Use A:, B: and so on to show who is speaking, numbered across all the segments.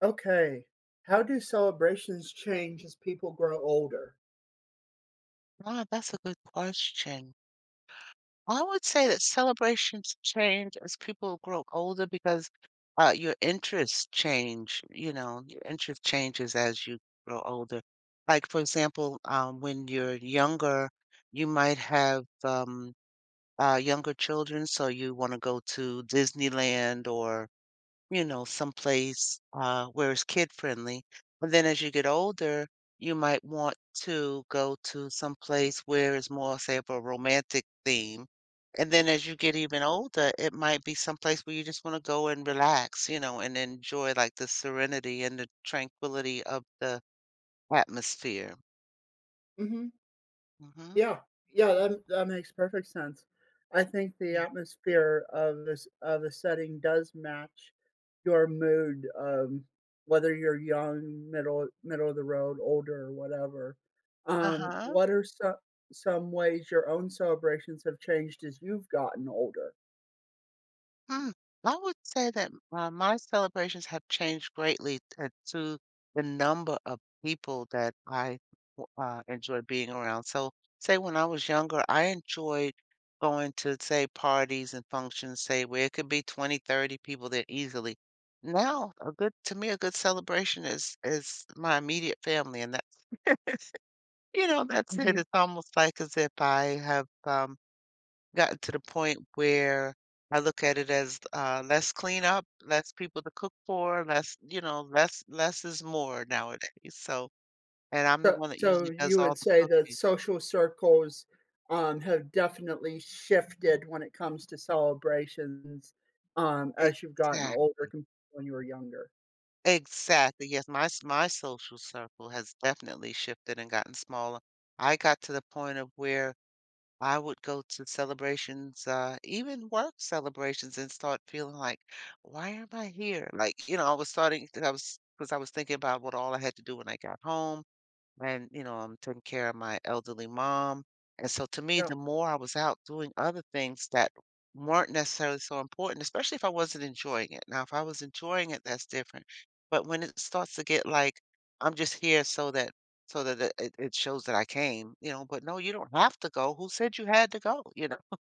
A: Okay. How do celebrations change as people grow older?
B: Ah, that's a good question. I would say that celebrations change as people grow older because your interests change. You know, your interest changes as you grow older. Like, for example, when you're younger, you might have younger children, so you want to go to Disneyland or you know, someplace, where it's kid-friendly. But then as you get older, you might want to go to some place where it's more, say, of a romantic theme. And then as you get even older, it might be someplace where you just wanna go and relax, you know, and enjoy, like, the serenity and the tranquility of the atmosphere.
A: hmm
B: Mhm.
A: Yeah, yeah, that makes perfect sense. I think the
B: Yeah.
A: atmosphere of this of a setting does match your mood, whether you're young, middle of the road, older, or whatever.
B: Uh-huh.
A: What are some ways your own celebrations have changed as you've gotten older?
B: Mm, I would say that, my celebrations have changed greatly to the number of people that I w enjoy being around. So, say when I was younger, I enjoyed going to, say, parties and functions, say, where it could be 20, 30 people there easily. Now, a good celebration is my immediate family, and that's you know, that's it. It's almost like as if I have, gotten to the point where I look at it as less cleanup, less people to cook for, less, you know, less is more nowadays. So, and I'm the
A: So
B: one that
A: so
B: usually does
A: you
B: all
A: would
B: the
A: say that
B: cooking.
A: social circles, have definitely shifted when it comes to celebrations, as you've gotten
B: Exactly.
A: older compared to when you were younger.
B: Exactly. Yes, my social circle has definitely shifted and gotten smaller. I got to the point of where I would go to celebrations, even work celebrations, and start feeling like, why am I here? Like, you know, I was starting, I was, because I was thinking about what all I had to do when I got home and you know, I'm taking care of my elderly mom. And so to me,
A: Yeah.
B: the more I was out doing other things that weren't necessarily so important, especially if I wasn't enjoying it. Now, if I was enjoying it, that's different. But when it starts to get like, I'm just here so that it shows that I came, you know, but no, you don't have to go. Who said you had to go? You know.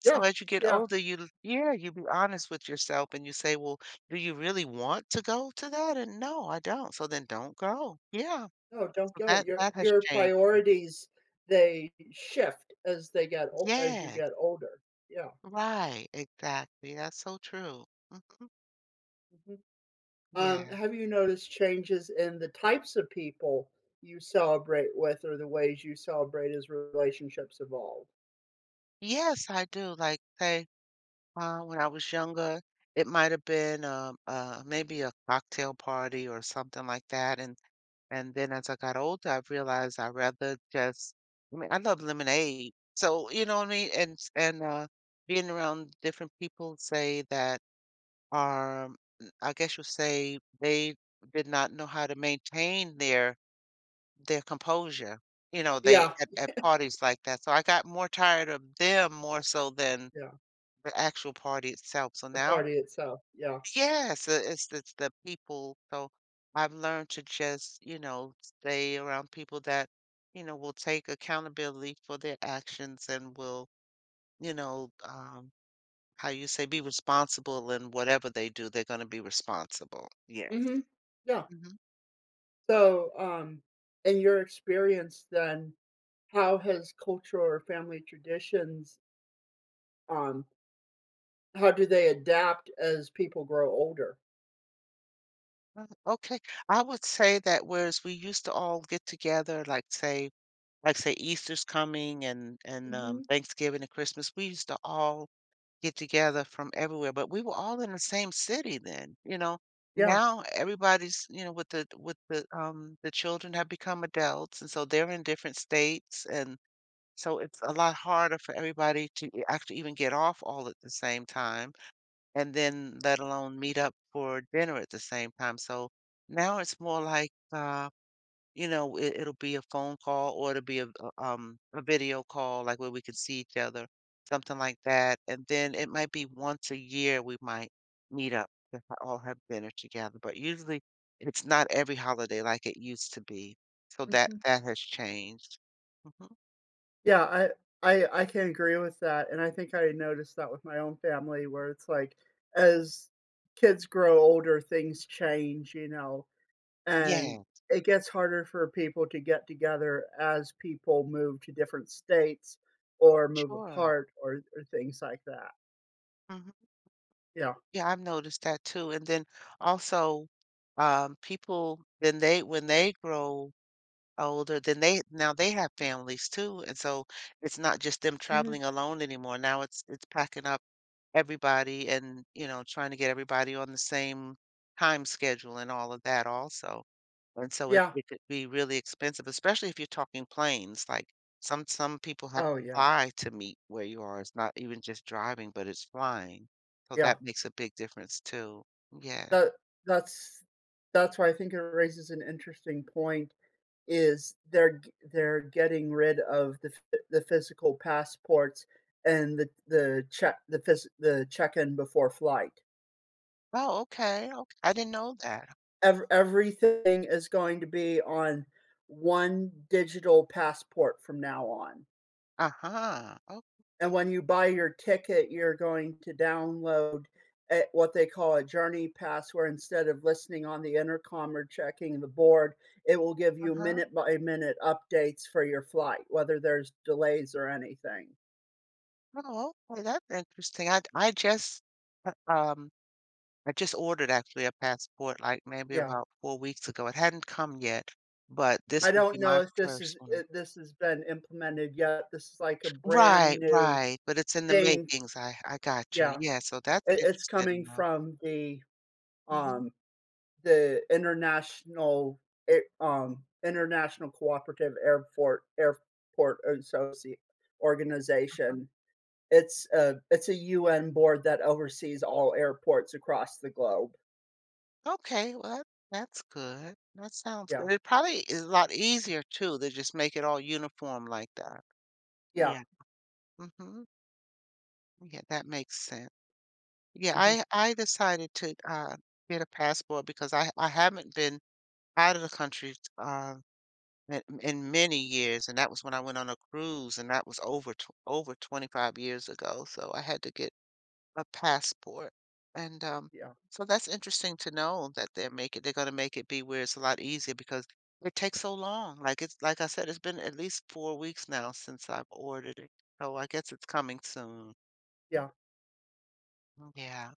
B: So
A: Yeah.
B: as you get
A: Yeah.
B: older, you be honest with yourself and you say, well, do you really want to go to that? And no, I don't. So then don't go. Yeah.
A: No, don't
B: So
A: go.
B: that
A: Your
B: that has
A: your
B: changed.
A: priorities, they shift as they get ol as you
B: Yes,
A: get older. Yeah.
B: right, exactly, that's so true. Mhm,
A: Mhm.
B: yeah.
A: Have you noticed changes in the types of people you celebrate with or the ways you celebrate as relationships evolve?
B: Yes, I do, like, say, when I was younger, it might have been, maybe a cocktail party or something like that, and then as I got older, I realized I rather just I mean, I love lemonade, so, you know what I mean, and being around different people, say, that are, I guess you say, they did not know how to maintain their composure, you know, they
A: Yeah.
B: at parties like that, so I got more tired of them more so than
A: Yeah.
B: the actual party itself, so
A: The
B: now
A: party itself, yeah.
B: yes, it's the people, so I've learned to just, you know, stay around people that, you know, will take accountability for their actions and will, you know, how you say, be responsible in whatever they do, they're gonna be responsible. Yes.
A: Mhm. Yeah.
B: Mhm.
A: So, in your experience then, how has culture or family traditions, um, how do they adapt as people grow older?
B: Okay. I would say that whereas we used to all get together, like, say Easter's coming and
A: Mhm.
B: Thanksgiving and Christmas, we used to all get together from everywhere, but we were all in the same city then, you know.
A: Yeah.
B: Now everybody's, you know, with the children have become adults and so they're in different states and so it's a lot harder for everybody to actually even get off all at the same time and then let alone meet up for dinner at the same time. So now it's more like you know, it'll be a phone call or it'll be a video call, like where we can see each other, something like that. And then it might be once a year we might meet up to ha- all have dinner together. But usually it's not every holiday like it used to be. So that
A: Mhm.
B: that has changed. Hmm.
A: Yeah, I I can agree with that, and I think I noticed that with my own family where it's like, as kids grow older, things change, you know. And
B: Yeah,
A: it gets harder for people to get together as people move to different states or move
B: sure.
A: apart or things like that.
B: Hmm.
A: Yeah.
B: Yeah, I've noticed that too. And then also, people then they when they grow older than they now they have families too, and so it's not just them
A: Mhm.
B: traveling alone anymore. Now it's packing up everybody and, you know, trying to get everybody on the same time schedule and all of that also. And so it
A: Yeah.
B: it could be really expensive, especially if you're talking planes, like, some people have
A: Oh,
B: to
A: yeah.
B: fly to meet where you are. It's not even just driving, but it's flying. So
A: Yeah.
B: that makes a big difference too. Yeah.
A: That that's that's why I think it raises an interesting point is they're getting rid of the physical passports and the check-in before flight.
B: Oh, okay, ok I didn't know that.
A: Everything is going to be on one digital passport from now on.
B: Uh-huh. Oh,
A: And when you buy your ticket, you're going to download a, what they call, a journey pass, where instead of listening on the intercom or checking the board, it will give you
B: uh-huh.
A: minute by minute updates for your flight, whether there's delays or anything.
B: Oh, okay, that's interesting. Uh, um I just ordered actually a passport like maybe
A: Yeah.
B: about 4 weeks ago. It hadn't come yet, but
A: I
B: this would
A: don't
B: be
A: know
B: my
A: if this
B: first
A: is
B: one.
A: I this has been implemented yet. This is like a brand
B: Right,
A: new
B: right. But it's in the
A: thing.
B: makings. I got you.
A: Yeah.
B: Yeah, so that's
A: It it's
B: interesting
A: coming
B: though.
A: from
B: Hmm.
A: um, the international international cooperative airport associate organization. It's a UN board that oversees all airports across the globe.
B: Okay, well that's good. That sounds
A: Yeah,
B: good. It probably is a lot easier too to just make it all uniform like that.
A: yeah,
B: Yeah. Hmm. Yeah, that makes sense. Yeah,
A: hmm
B: I decided to, get a passport because I haven't been out of the country, in many years, and that was when I went on a cruise, and that was over 25 years ago, so I had to get a passport, and,
A: yeah,
B: so that's interesting to know that they're gonna make it be where it's a lot easier because it takes so long, like, it's like I said, it's been at least 4 weeks now since I've ordered it, so I guess it's coming soon.
A: yeah,
B: Mm, yeah.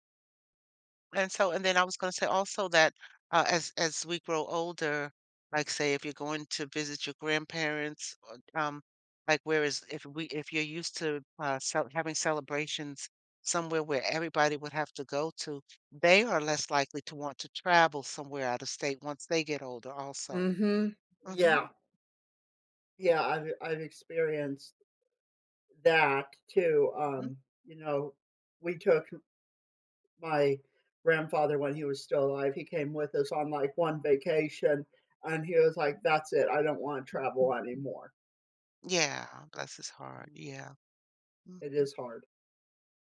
B: And so and then I was gonna say also that, as we grow older, like, say, if you're going to visit your grandparents, or, like, whereas if we if you're used to, cel having celebrations somewhere where everybody would have to go to, they are less likely to want to travel somewhere out of state once they get older also.
A: hmm
B: Mhm,
A: yeah, yeah. I've experienced that too.
B: mhm.
A: You know, we took my grandfather, when he was still alive, he came with us on, like, one vacation, and he was like, "That's it, I don't wanna travel anymore."
B: Yeah, bless his heart,
A: Mhm.
B: yeah.
A: It is hard.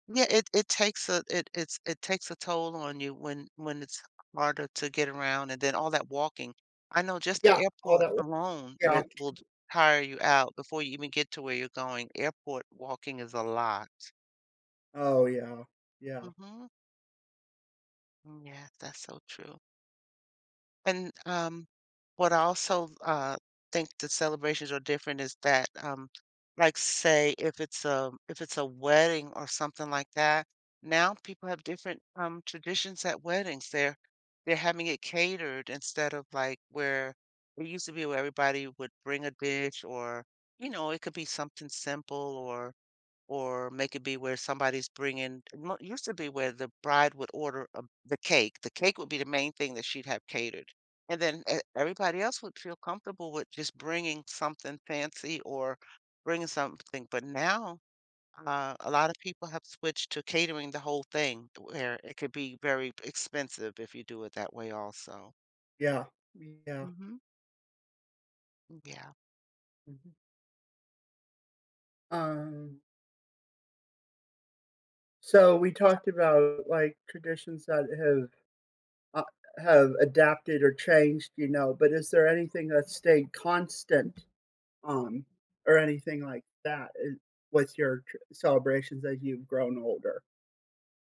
B: Yeah, it takes a toll on you when it's harder to get around and then all that walking. I know just the
A: Yeah, all
B: airport
A: that,
B: alone
A: yeah.
B: that will tire you out before you even get to where you're going. Airport walking is a lot.
A: Oh, yeah. Yeah,
B: Mm-hmm. Yes, that's so true. And, what I also, think the celebrations are different is that, like, say, if it's a wedding or something like that, now people have different, traditions at weddings. They're having it catered instead of, like, where it used to be where everybody would bring a dish or, you know, it could be something simple or make it be where somebody's bringing mo it used to be where the bride would order a the cake. The cake would be the main thing that she'd have catered, and then e everybody else would feel comfortable with just bringing something fancy or bringing something, but now, a lot of people have switched to catering the whole thing where it could be very expensive if you do it that way also.
A: yeah, yeah.
B: Mhm. Yeah.
A: Mhm. Um, so we talked about, like, traditions that uh have adapted or changed, you know, but is there anything that stayed constant, um, or anything like that, with your tr celebrations as you've grown older?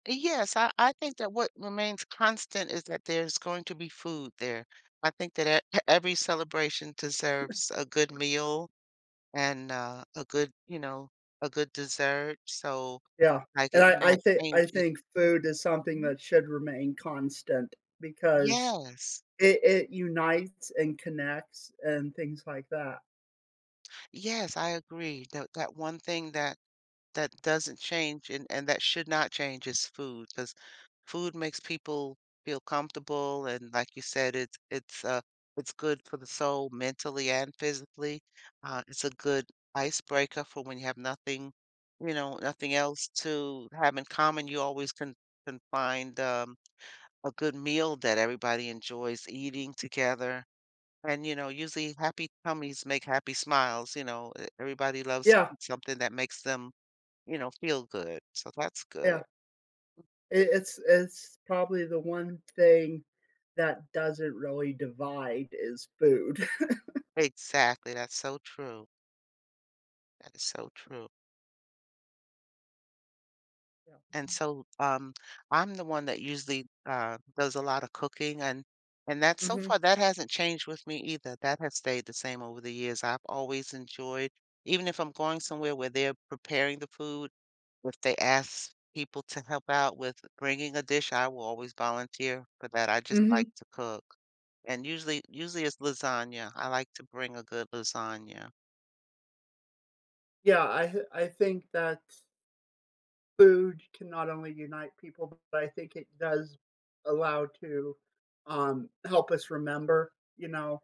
B: Yes, I think that what remains constant is that there's going to be food there. I think that every celebration deserves a good meal and a good, you know, a good dessert. So,
A: Yeah,
B: like,
A: and
B: it,
A: I
B: we
A: I
B: might
A: think
B: change it. Yeah.
A: food is something
B: Mhm.
A: that should remain constant because
B: Yes,
A: it unites and connects and things like that.
B: yes, I agree. That one thing that that doesn't change and that should not change is food because food makes people feel comfortable and like you said it's it's good for the soul mentally and physically it's a good icebreaker for when you have nothing, you know, nothing else to have in common, you always can find, a good meal that everybody enjoys eating together. And you know usually happy tummies make happy smiles, you know, everybody loves to
A: Yeah,
B: eat something that makes them you know, feel good, so that's good.
A: yeah. It's probably the one thing that doesn't really divide is food.
B: Exactly, that's so true. That is so true,
A: Yeah.
B: and so, I'm the one that usually, does a lot of cooking, and that so
A: Mhm,
B: far, that hasn't changed with me either, that has stayed the same over the years, I've always enjoyed, even if I'm going somewhere where they're preparing the food, if they ask people to help out with bringing a dish, I will always volunteer for that, I just like
A: mhm.
B: to cook, and usually it's lasagna, I like to bring a good lasagna.
A: Yeah, I think that food can not only unite people, but I think it does allow to, help us remember, you know?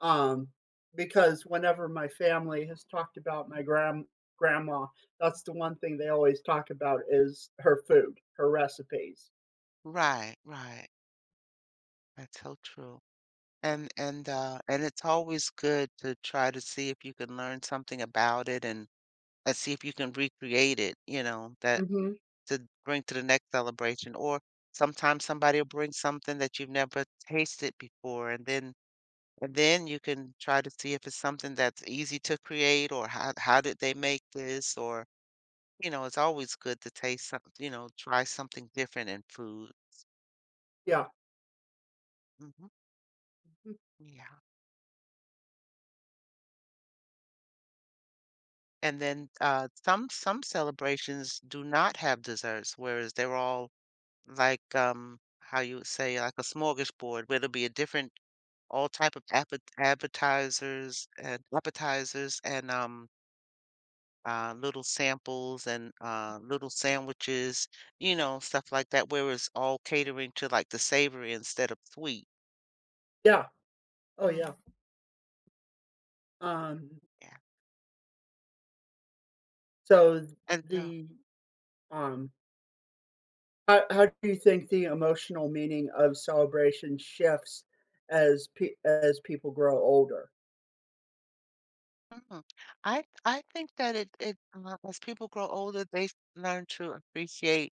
A: Um, because whenever my family has talked about my grandma, that's the one thing they always talk about is her food, her recipes.
B: Right, right. That's so true.
A: Yeah.
B: And it's always good to try to see if you can learn something about it and see if you can recreate it, you know, that
A: Mhm.
B: to bring to the next celebration. Or sometimes somebody will bring something that you've never tasted before and then you can try to see if it's something that's easy to create or how did they make this or you know, it's always good to taste something, you know, try something different in food.
A: Yeah.
B: Hmm.
A: Mhm.
B: Yeah. And then some celebrations do not have desserts, whereas they're all like how you would say like a smorgasbord, where there'll be a different all type of appetizers and appetizers and little samples and little sandwiches, you know, stuff like that. Whereas all catering to like the savory instead of sweet.
A: Yeah. Oh,
B: Mm,
A: yeah. Um,
B: yeah,
A: so
B: and so.
A: the, um how do you think the emotional meaning of celebration shifts as pe as people grow older?
B: Mhm. I think that it as people grow older, they learn to appreciate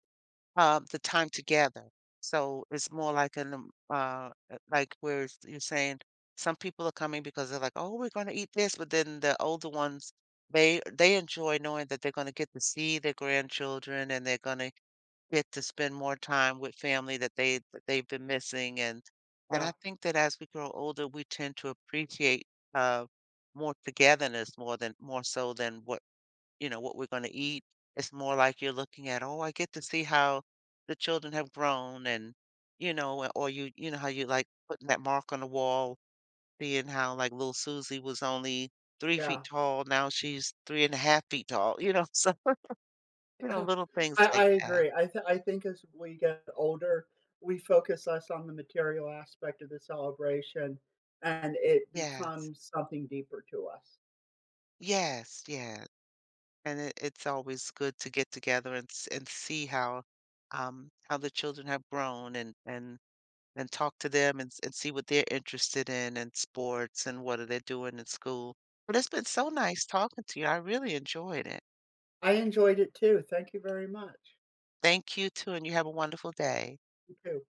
B: uh, the time together. So it's more like an, like you're saying some people are coming because they're like, oh, we're going to eat this. But then the older ones, they enjoy knowing that they're going to get to see their grandchildren and they're going to get to spend more time with family that they that they've been missing. And
A: Yeah.
B: I think that as we grow older, we tend to appreciate, uh, more togetherness more so than what, you know, what we're going to eat. It's more like you're looking at, oh, I get to see how the children have grown and, you know, or you know, how you like putting that mark on the wall, seeing how like little Susie was only 3 feet
A: Yeah.
B: tall. Now she's three and a half feet tall, you know, so, you know,
A: Oh,
B: little things
A: I
B: like that.
A: agree. I think as we get older, we focus less on the material aspect of the celebration, and it
B: Yes.
A: becomes something deeper to us.
B: Yes. Yeah. And it's always good to get together and, and see how the children have grown and talk to them and, and see what they're interested in and sports and what are they doing in school. But it's been so nice talking to you. I really enjoyed it.
A: I enjoyed it too. Thank you very much.
B: Thank you too, and you have a wonderful day.
A: You too.